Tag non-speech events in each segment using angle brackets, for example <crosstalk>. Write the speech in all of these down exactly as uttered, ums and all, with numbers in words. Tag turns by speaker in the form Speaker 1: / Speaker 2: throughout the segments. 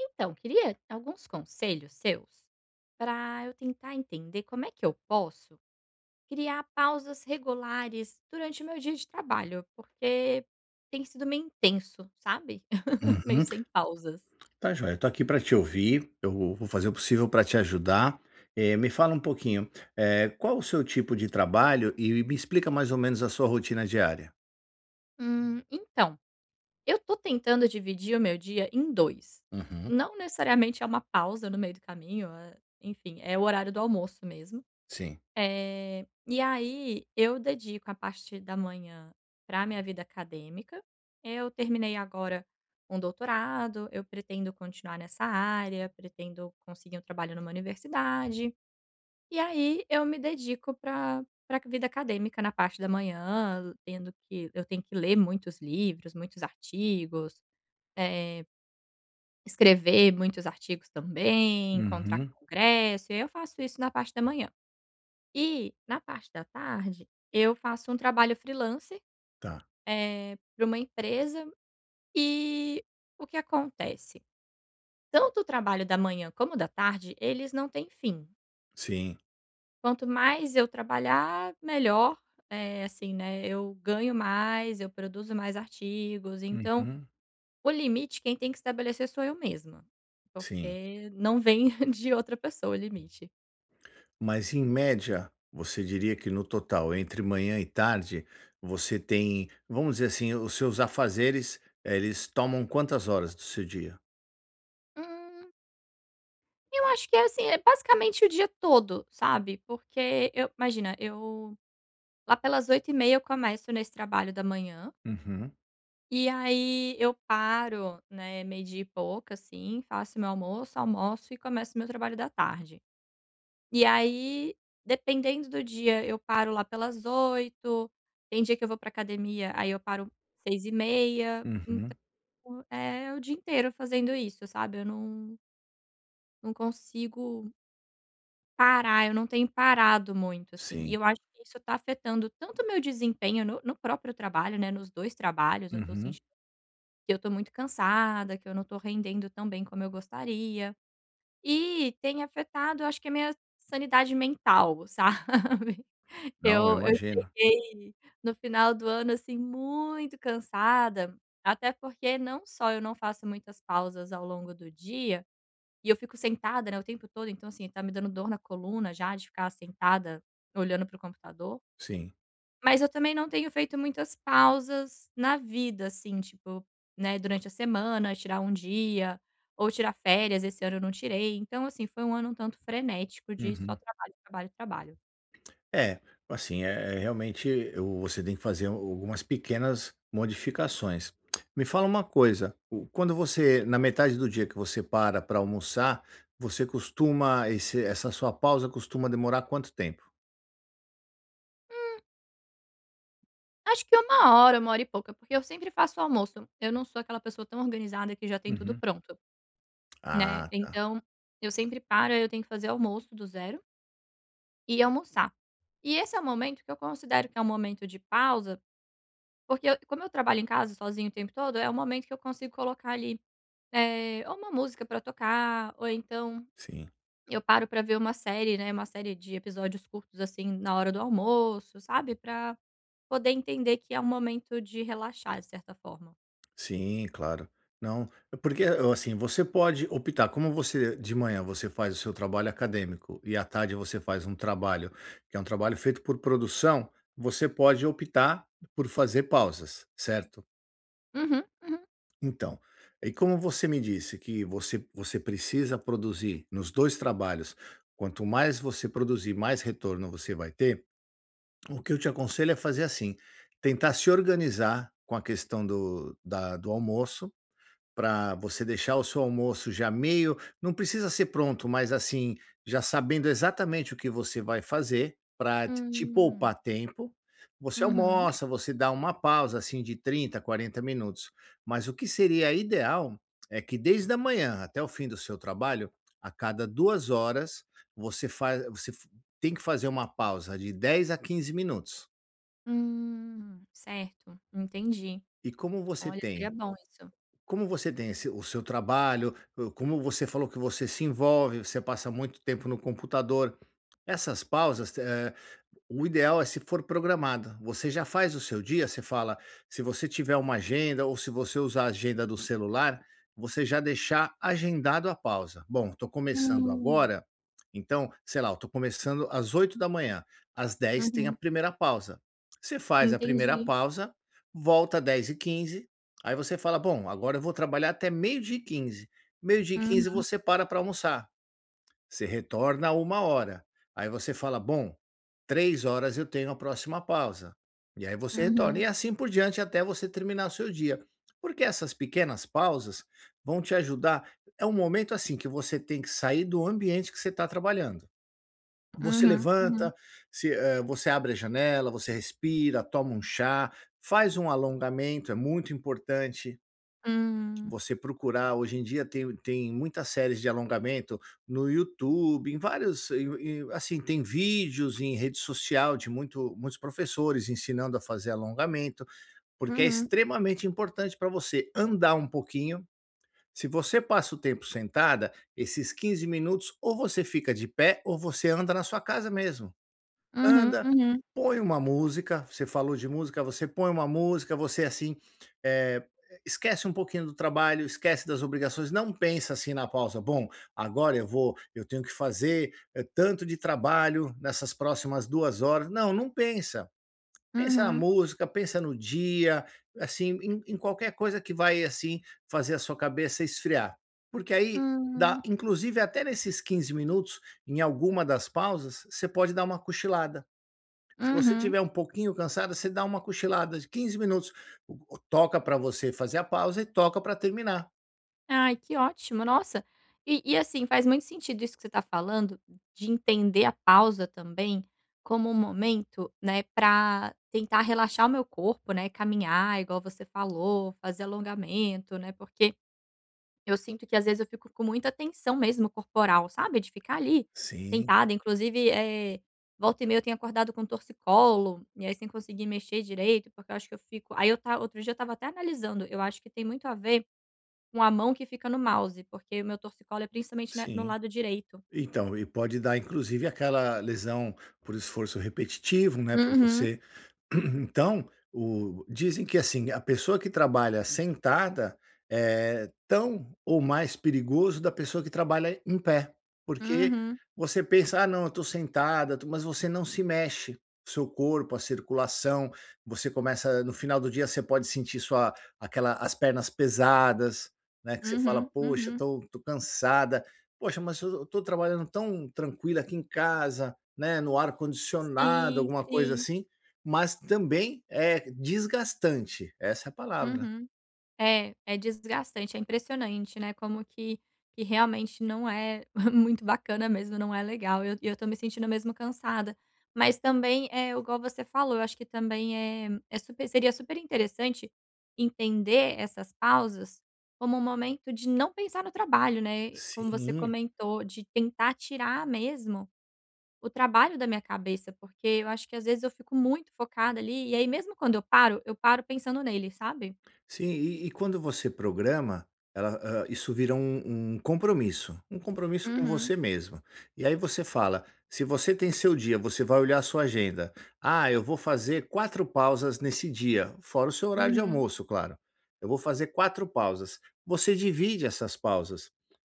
Speaker 1: Então, queria alguns conselhos seus para eu tentar entender como é que eu posso criar pausas regulares durante o meu dia de trabalho, porque tem sido meio intenso, sabe? <laughs> Meio
Speaker 2: Uhum.
Speaker 1: sem pausas.
Speaker 2: Tá joia, eu tô aqui para te ouvir, eu vou fazer o possível para te ajudar. Eh, me fala um pouquinho, eh, qual o seu tipo de trabalho e me explica mais ou menos a sua rotina diária.
Speaker 1: Hum, então, eu tô tentando dividir o meu dia em dois.
Speaker 2: Uhum,
Speaker 1: Não necessariamente é uma pausa no meio do caminho, é- enfim, é o horário do almoço mesmo.
Speaker 2: sim.
Speaker 1: Eh, e aí eu dedico a parte da manhã para minha vida acadêmica. Eu terminei agora um doutorado, eu pretendo continuar nessa área, pretendo conseguir um trabalho numa universidade. E aí eu me dedico para para a vida acadêmica na parte da manhã, tendo que eu tenho que ler muitos livros, muitos artigos, eh, escrever muitos artigos também, encontrar
Speaker 2: Uhum.
Speaker 1: congresso, e aí eu faço isso na parte da manhã. E na parte da tarde, eu faço um trabalho freelance
Speaker 2: Tá,
Speaker 1: para uma empresa, e o que acontece? Tanto o trabalho da manhã como da tarde, eles não têm fim.
Speaker 2: sim.
Speaker 1: Quanto mais eu trabalhar, melhor, eh, assim, né, eu ganho mais, eu produzo mais artigos, então
Speaker 2: Uhum.
Speaker 1: o limite quem tem que estabelecer sou eu mesma,
Speaker 2: Sim.
Speaker 1: porque não vem <laughs> de outra pessoa o limite.
Speaker 2: Mas em média, você diria que no total, entre manhã e tarde, você tem, vamos dizer assim, os seus afazeres, eh, eles tomam quantas horas do seu dia?
Speaker 1: Hum, Eu acho que é assim, é basicamente o dia todo, sabe, porque eu imagina, eu lá pelas oito e meia eu começo nesse trabalho da manhã,
Speaker 2: Uhum.
Speaker 1: e aí eu paro, né, meio-dia e pouco, assim, faço meu almoço, almoço e começo meu trabalho da tarde. E aí, dependendo do dia, eu paro lá pelas oito, tem dia que eu vou pra academia, aí eu paro seis e meia.
Speaker 2: Uhum.
Speaker 1: O é o dia inteiro fazendo isso, sabe, eu não não consigo parar. Eu não tenho parado muito, assim, e
Speaker 2: Sim.
Speaker 1: eu acho que isso tá afetando tanto o meu desempenho no no próprio trabalho, né, nos dois trabalhos. Eu tô
Speaker 2: Uhum.
Speaker 1: sentindo que eu tô muito cansada, que eu não tô rendendo tão bem como eu gostaria, e tem afetado, acho que, a minha sanidade mental, sabe. <laughs>
Speaker 2: Não, eu
Speaker 1: Eu eu
Speaker 2: imagino.
Speaker 1: cheguei no final do ano, assim, muito cansada, até porque não só eu não faço muitas pausas ao longo do dia e eu fico sentada, né, o tempo todo, então assim, tá me dando dor na coluna já de ficar sentada olhando para o computador.
Speaker 2: Sim.
Speaker 1: Mas eu também não tenho feito muitas pausas na vida, assim, tipo, né, durante a semana, tirar um dia ou tirar férias, esse ano eu não tirei. Então, assim, foi um ano um tanto frenético de só
Speaker 2: Uhum.
Speaker 1: trabalho, trabalho, trabalho.
Speaker 2: É, assim, é é realmente eu você tem que fazer algumas pequenas modificações. Me fala uma coisa, o quando você na metade do dia que você para para almoçar, você costuma esse essa sua pausa costuma demorar quanto tempo?
Speaker 1: Acho que uma hora, uma hora e pouca, porque eu sempre faço o almoço. Eu não sou aquela pessoa tão organizada que já tem tudo
Speaker 2: Uhum.
Speaker 1: pronto, né.
Speaker 2: Ah, tá,
Speaker 1: Então eu sempre paro, eu tenho que fazer almoço do zero. E almoçar. E esse é o momento que eu considero que é um momento de pausa, porque eu como eu trabalho em casa sozinho o tempo todo, é o momento que eu consigo colocar ali, eh, ou uma música pra tocar, ou então
Speaker 2: sim.
Speaker 1: eu paro pra ver uma série, né, uma série de episódios curtos, assim, na hora do almoço, sabe, pra poder entender que é um momento de relaxar, de certa forma.
Speaker 2: Sim, claro. Não, é porque assim, você pode optar, como você de manhã você faz o seu trabalho acadêmico e à tarde você faz um trabalho que é um trabalho feito por produção, você pode optar por fazer pausas, certo?
Speaker 1: Uhum, uhum.
Speaker 2: Então, e como você me disse que você, você precisa produzir nos dois trabalhos, quanto mais você produzir, mais retorno você vai ter, o que eu te aconselho é fazer assim, tentar se organizar com a questão do, da, do almoço para você deixar o seu almoço já meio não precisa ser pronto, mas assim, já sabendo exatamente o que você vai fazer, para te
Speaker 1: Hum.
Speaker 2: poupar tempo, você
Speaker 1: Uhum.
Speaker 2: almoça, você dá uma pausa, assim, de trinta, quarenta minutos. Mas o que seria ideal é que desde a manhã até o fim do seu trabalho, a cada duas horas, você faz você f tem que fazer uma pausa de dez a quinze minutos.
Speaker 1: Hum, certo, entendi.
Speaker 2: E como você
Speaker 1: Olha, seria
Speaker 2: tem
Speaker 1: bom isso.
Speaker 2: Como você tem esse o seu trabalho, o como você falou que você se envolve, você passa muito tempo no computador, essas pausas, eh o ideal é se for programada. Você já faz o seu dia, você fala, se você tiver uma agenda ou se você usar a agenda do celular, você já deixar agendado a pausa. Bom, estou começando
Speaker 1: Hum.
Speaker 2: agora, então, sei lá, eu estou começando às oito da manhã, às dez tem a
Speaker 1: Uhum.
Speaker 2: primeira pausa. Você faz a primeira
Speaker 1: Entendi.
Speaker 2: pausa, volta às dez e quinze. Aí você fala, bom, agora eu vou trabalhar até meio-dia e quinze. Meio-dia e quinze
Speaker 1: Hum.
Speaker 2: você para para almoçar. Você retorna a uma hora. Aí você fala: "Bom, três horas eu tenho a próxima pausa". E aí você retorna,
Speaker 1: Uhum,
Speaker 2: e assim por diante até você terminar o seu dia. Porque essas pequenas pausas vão te ajudar é um momento, assim, que você tem que sair do ambiente que você está trabalhando. Você
Speaker 1: uhum, uhum.
Speaker 2: levanta, se hã, você abre a janela, você respira, toma um chá, faz um alongamento, é muito importante.
Speaker 1: Hum.
Speaker 2: Você procurar hoje em dia tem tem muitas séries de alongamento no YouTube, em vários em em assim, tem vídeos em rede social de muito muitos professores ensinando a fazer alongamento, porque é
Speaker 1: Uhum,
Speaker 2: extremamente importante para você andar um pouquinho. Se você passa o tempo sentada, esses quinze minutos ou você fica de pé ou você anda na sua casa mesmo.
Speaker 1: uhum,
Speaker 2: Anda,
Speaker 1: uhum,
Speaker 2: põe uma música, você falou de música, você põe uma música, você assim, eh, esquece um pouquinho do trabalho, esquece das obrigações, não pensa assim na pausa: "Bom, agora eu vou eu tenho que fazer, eh, tanto de trabalho nessas próximas duas horas". Não, não pensa. Pensa na
Speaker 1: uhum,
Speaker 2: música, pensa no dia, assim, em em qualquer coisa que vai, assim, fazer a sua cabeça esfriar. Porque aí dá
Speaker 1: hum,
Speaker 2: inclusive até nesses quinze minutos, em alguma das pausas, você pode dar uma cochilada. Se você
Speaker 1: uhum.
Speaker 2: tiver um pouquinho cansada, você dá uma cochilada de quinze minutos, o o- toca para você fazer a pausa e toca para terminar.
Speaker 1: Ai, que ótimo, nossa. E e, assim, faz muito sentido isso que você está falando, de entender a pausa também como um momento, né, para tentar relaxar o meu corpo, né, caminhar, igual você falou, fazer alongamento, né, porque eu sinto que às vezes eu fico com muita tensão mesmo corporal, sabe, de ficar ali
Speaker 2: Sim,
Speaker 1: sentada, inclusive, eh, volta e meia eu tenho acordado com torcicolo, e aí sem conseguir mexer direito, porque eu acho que eu fico aí eu ta outro dia eu estava até analisando, eu acho que tem muito a ver com a mão que fica no mouse, porque o meu torcicolo é principalmente na no
Speaker 2: sim.
Speaker 1: lado direito.
Speaker 2: Então, e pode dar inclusive aquela lesão por esforço repetitivo, né, por
Speaker 1: Uhum,
Speaker 2: você <clears throat> Então, o dizem que, assim, a pessoa que trabalha sentada é tão ou mais perigoso da pessoa que trabalha em pé, porque
Speaker 1: uhum,
Speaker 2: você pensa: "Ah, não, eu tô sentada", tu mas você não se mexe, o seu corpo, a circulação, você começa no final do dia você pode sentir sua aquela as pernas pesadas, né, que você fala:
Speaker 1: uhum,
Speaker 2: "Poxa,
Speaker 1: uhum.
Speaker 2: tô tô cansada. Poxa, mas eu eu trabalhando tão tranquila aqui em casa, né, no ar condicionado",
Speaker 1: Sim,
Speaker 2: alguma coisa
Speaker 1: sim.
Speaker 2: assim. Mas também é desgastante, essa é a palavra.
Speaker 1: Uhum. É, é desgastante, é impressionante, né, como que que realmente não é <laughs> muito bacana mesmo, não é legal. E Eu e eu tô me sentindo mesmo cansada. Mas também, eh, igual você falou, eu acho que também é é super seria super interessante entender essas pausas como um momento de não pensar no trabalho, né, como você
Speaker 2: Sim,
Speaker 1: comentou, de tentar tirar mesmo o trabalho da minha cabeça, porque eu acho que às vezes eu fico muito focada ali, e aí mesmo quando eu paro, eu paro pensando nele, sabe?
Speaker 2: Sim, e e quando você programa, ela hã, isso vira um um compromisso, um compromisso com
Speaker 1: Uhum,
Speaker 2: você mesmo. E aí você fala, se você tem seu dia, você vai olhar a sua agenda: "Ah, eu vou fazer quatro pausas nesse dia", fora o seu horário de
Speaker 1: uhum.
Speaker 2: almoço, claro. "Eu vou fazer quatro pausas". Você divide essas pausas.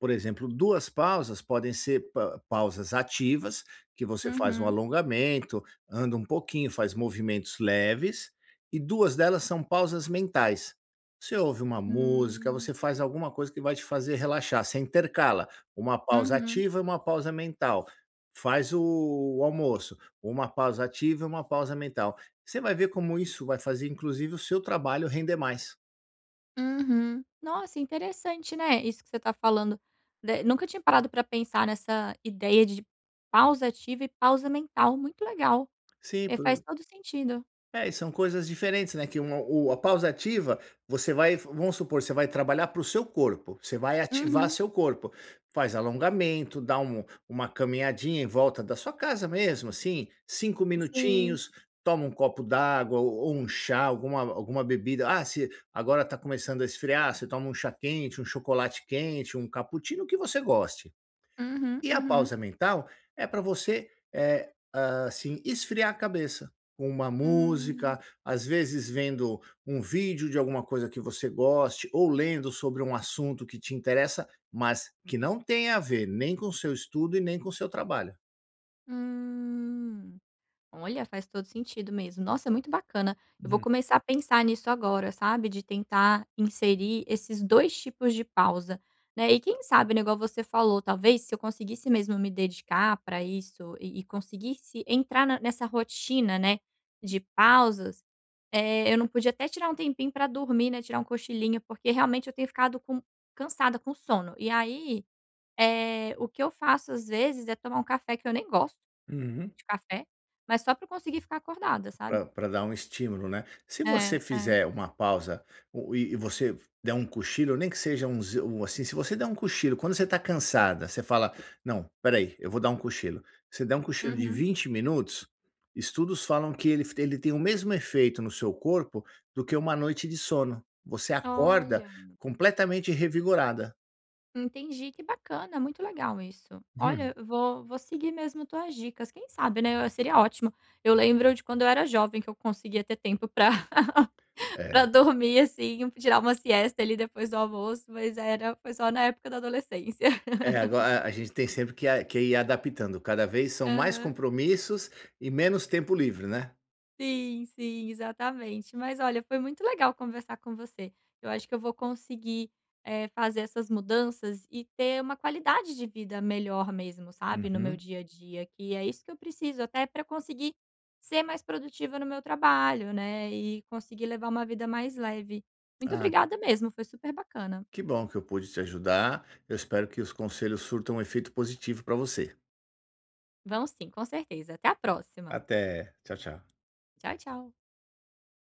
Speaker 2: Por exemplo, duas pausas podem ser pa pausas ativas, que você faz um
Speaker 1: Uhum.
Speaker 2: alongamento, anda um pouquinho, faz movimentos leves, e duas delas são pausas mentais. Você ouve uma música,
Speaker 1: Hum.
Speaker 2: você faz alguma coisa que vai te fazer relaxar, você intercala, uma pausa
Speaker 1: Uhum.
Speaker 2: ativa e uma pausa mental. Faz o o almoço, uma pausa ativa e uma pausa mental. Você vai ver como isso vai fazer inclusive o seu trabalho render mais.
Speaker 1: Uhum. Nossa, interessante, né, isso que você tá falando. De nunca tinha parado pra pensar nessa ideia de pausa ativa e pausa mental, muito legal.
Speaker 2: Sim,
Speaker 1: Eh, faz todo sentido.
Speaker 2: é, e são coisas diferentes, né, que uma o a pausa ativa, você vai vamos supor, você vai trabalhar para o seu corpo, você vai ativar
Speaker 1: Uhum.
Speaker 2: seu corpo. Faz alongamento, dá um uma caminhadinha em volta da sua casa mesmo, assim, cinco
Speaker 1: Sim.
Speaker 2: minutinhos, toma um copo d'água ou ou um chá, alguma alguma bebida. Ah, se agora está começando a esfriar, você toma um chá quente, um chocolate quente, um cappuccino, o que você goste.
Speaker 1: Uhum,
Speaker 2: E a
Speaker 1: uhum.
Speaker 2: pausa mental é para você, eh, assim, esfriar a cabeça com uma
Speaker 1: Hum.
Speaker 2: música, às vezes vendo um vídeo de alguma coisa que você goste ou lendo sobre um assunto que te interessa, mas que não tem a ver nem com o seu estudo e nem com o seu trabalho.
Speaker 1: Hum. Olha, faz todo sentido mesmo. Nossa, é muito bacana. Eu vou
Speaker 2: Uhum,
Speaker 1: começar a pensar nisso agora, sabe? De tentar inserir esses dois tipos de pausa, né. E quem sabe, né, igual você falou, talvez se eu conseguisse mesmo me dedicar para isso e e conseguisse entrar na nessa rotina, né, de pausas, eh, eu não podia até tirar um tempinho para dormir, né, tirar um cochilinho, porque realmente eu tenho ficado com cansada, com sono. E aí, eh, o que eu faço às vezes é tomar um café que eu nem gosto
Speaker 2: uhum.
Speaker 1: de café, mas só pra eu conseguir ficar acordada, sabe.
Speaker 2: Para dar um estímulo, né. Se você
Speaker 1: É, é.
Speaker 2: fizer uma pausa, o e e você der um cochilo, nem que seja uns um assim, se você der um cochilo quando você está cansada, você fala: "Não, peraí, eu vou dar um cochilo". Você der um cochilo de
Speaker 1: Uhum.
Speaker 2: vinte minutos, estudos falam que ele ele tem o mesmo efeito no seu corpo do que uma noite de sono. Você acorda
Speaker 1: Olha,
Speaker 2: completamente revigorada.
Speaker 1: entendi, que bacana, muito legal isso.
Speaker 2: Hum.
Speaker 1: Olha, eu vou vou seguir mesmo tuas dicas, quem sabe, né, seria ótimo. Eu lembro de quando eu era jovem que eu conseguia ter tempo pra <laughs> pra dormir, assim, tirar uma siesta ali depois do almoço, mas era foi só na época da adolescência. <laughs>
Speaker 2: É, agora a a gente tem sempre que a que ir adaptando, cada vez são mais
Speaker 1: Aham.
Speaker 2: compromissos e menos tempo livre, né.
Speaker 1: Sim, sim, exatamente. Mas olha, foi muito legal conversar com você. Eu acho que eu vou conseguir, eh, fazer essas mudanças e ter uma qualidade de vida melhor mesmo, sabe, no meu
Speaker 2: Uhum.
Speaker 1: dia a dia, que é isso que eu preciso, até para conseguir ser mais produtiva no meu trabalho, né, e conseguir levar uma vida mais leve. Muito
Speaker 2: Ah,
Speaker 1: obrigada mesmo, foi super bacana.
Speaker 2: que bom que eu pude te ajudar. Eu espero que os conselhos surtam um efeito positivo para você.
Speaker 1: Vamos sim, com certeza. Até a próxima.
Speaker 2: Até. Tchau, tchau.
Speaker 1: Tchau, tchau.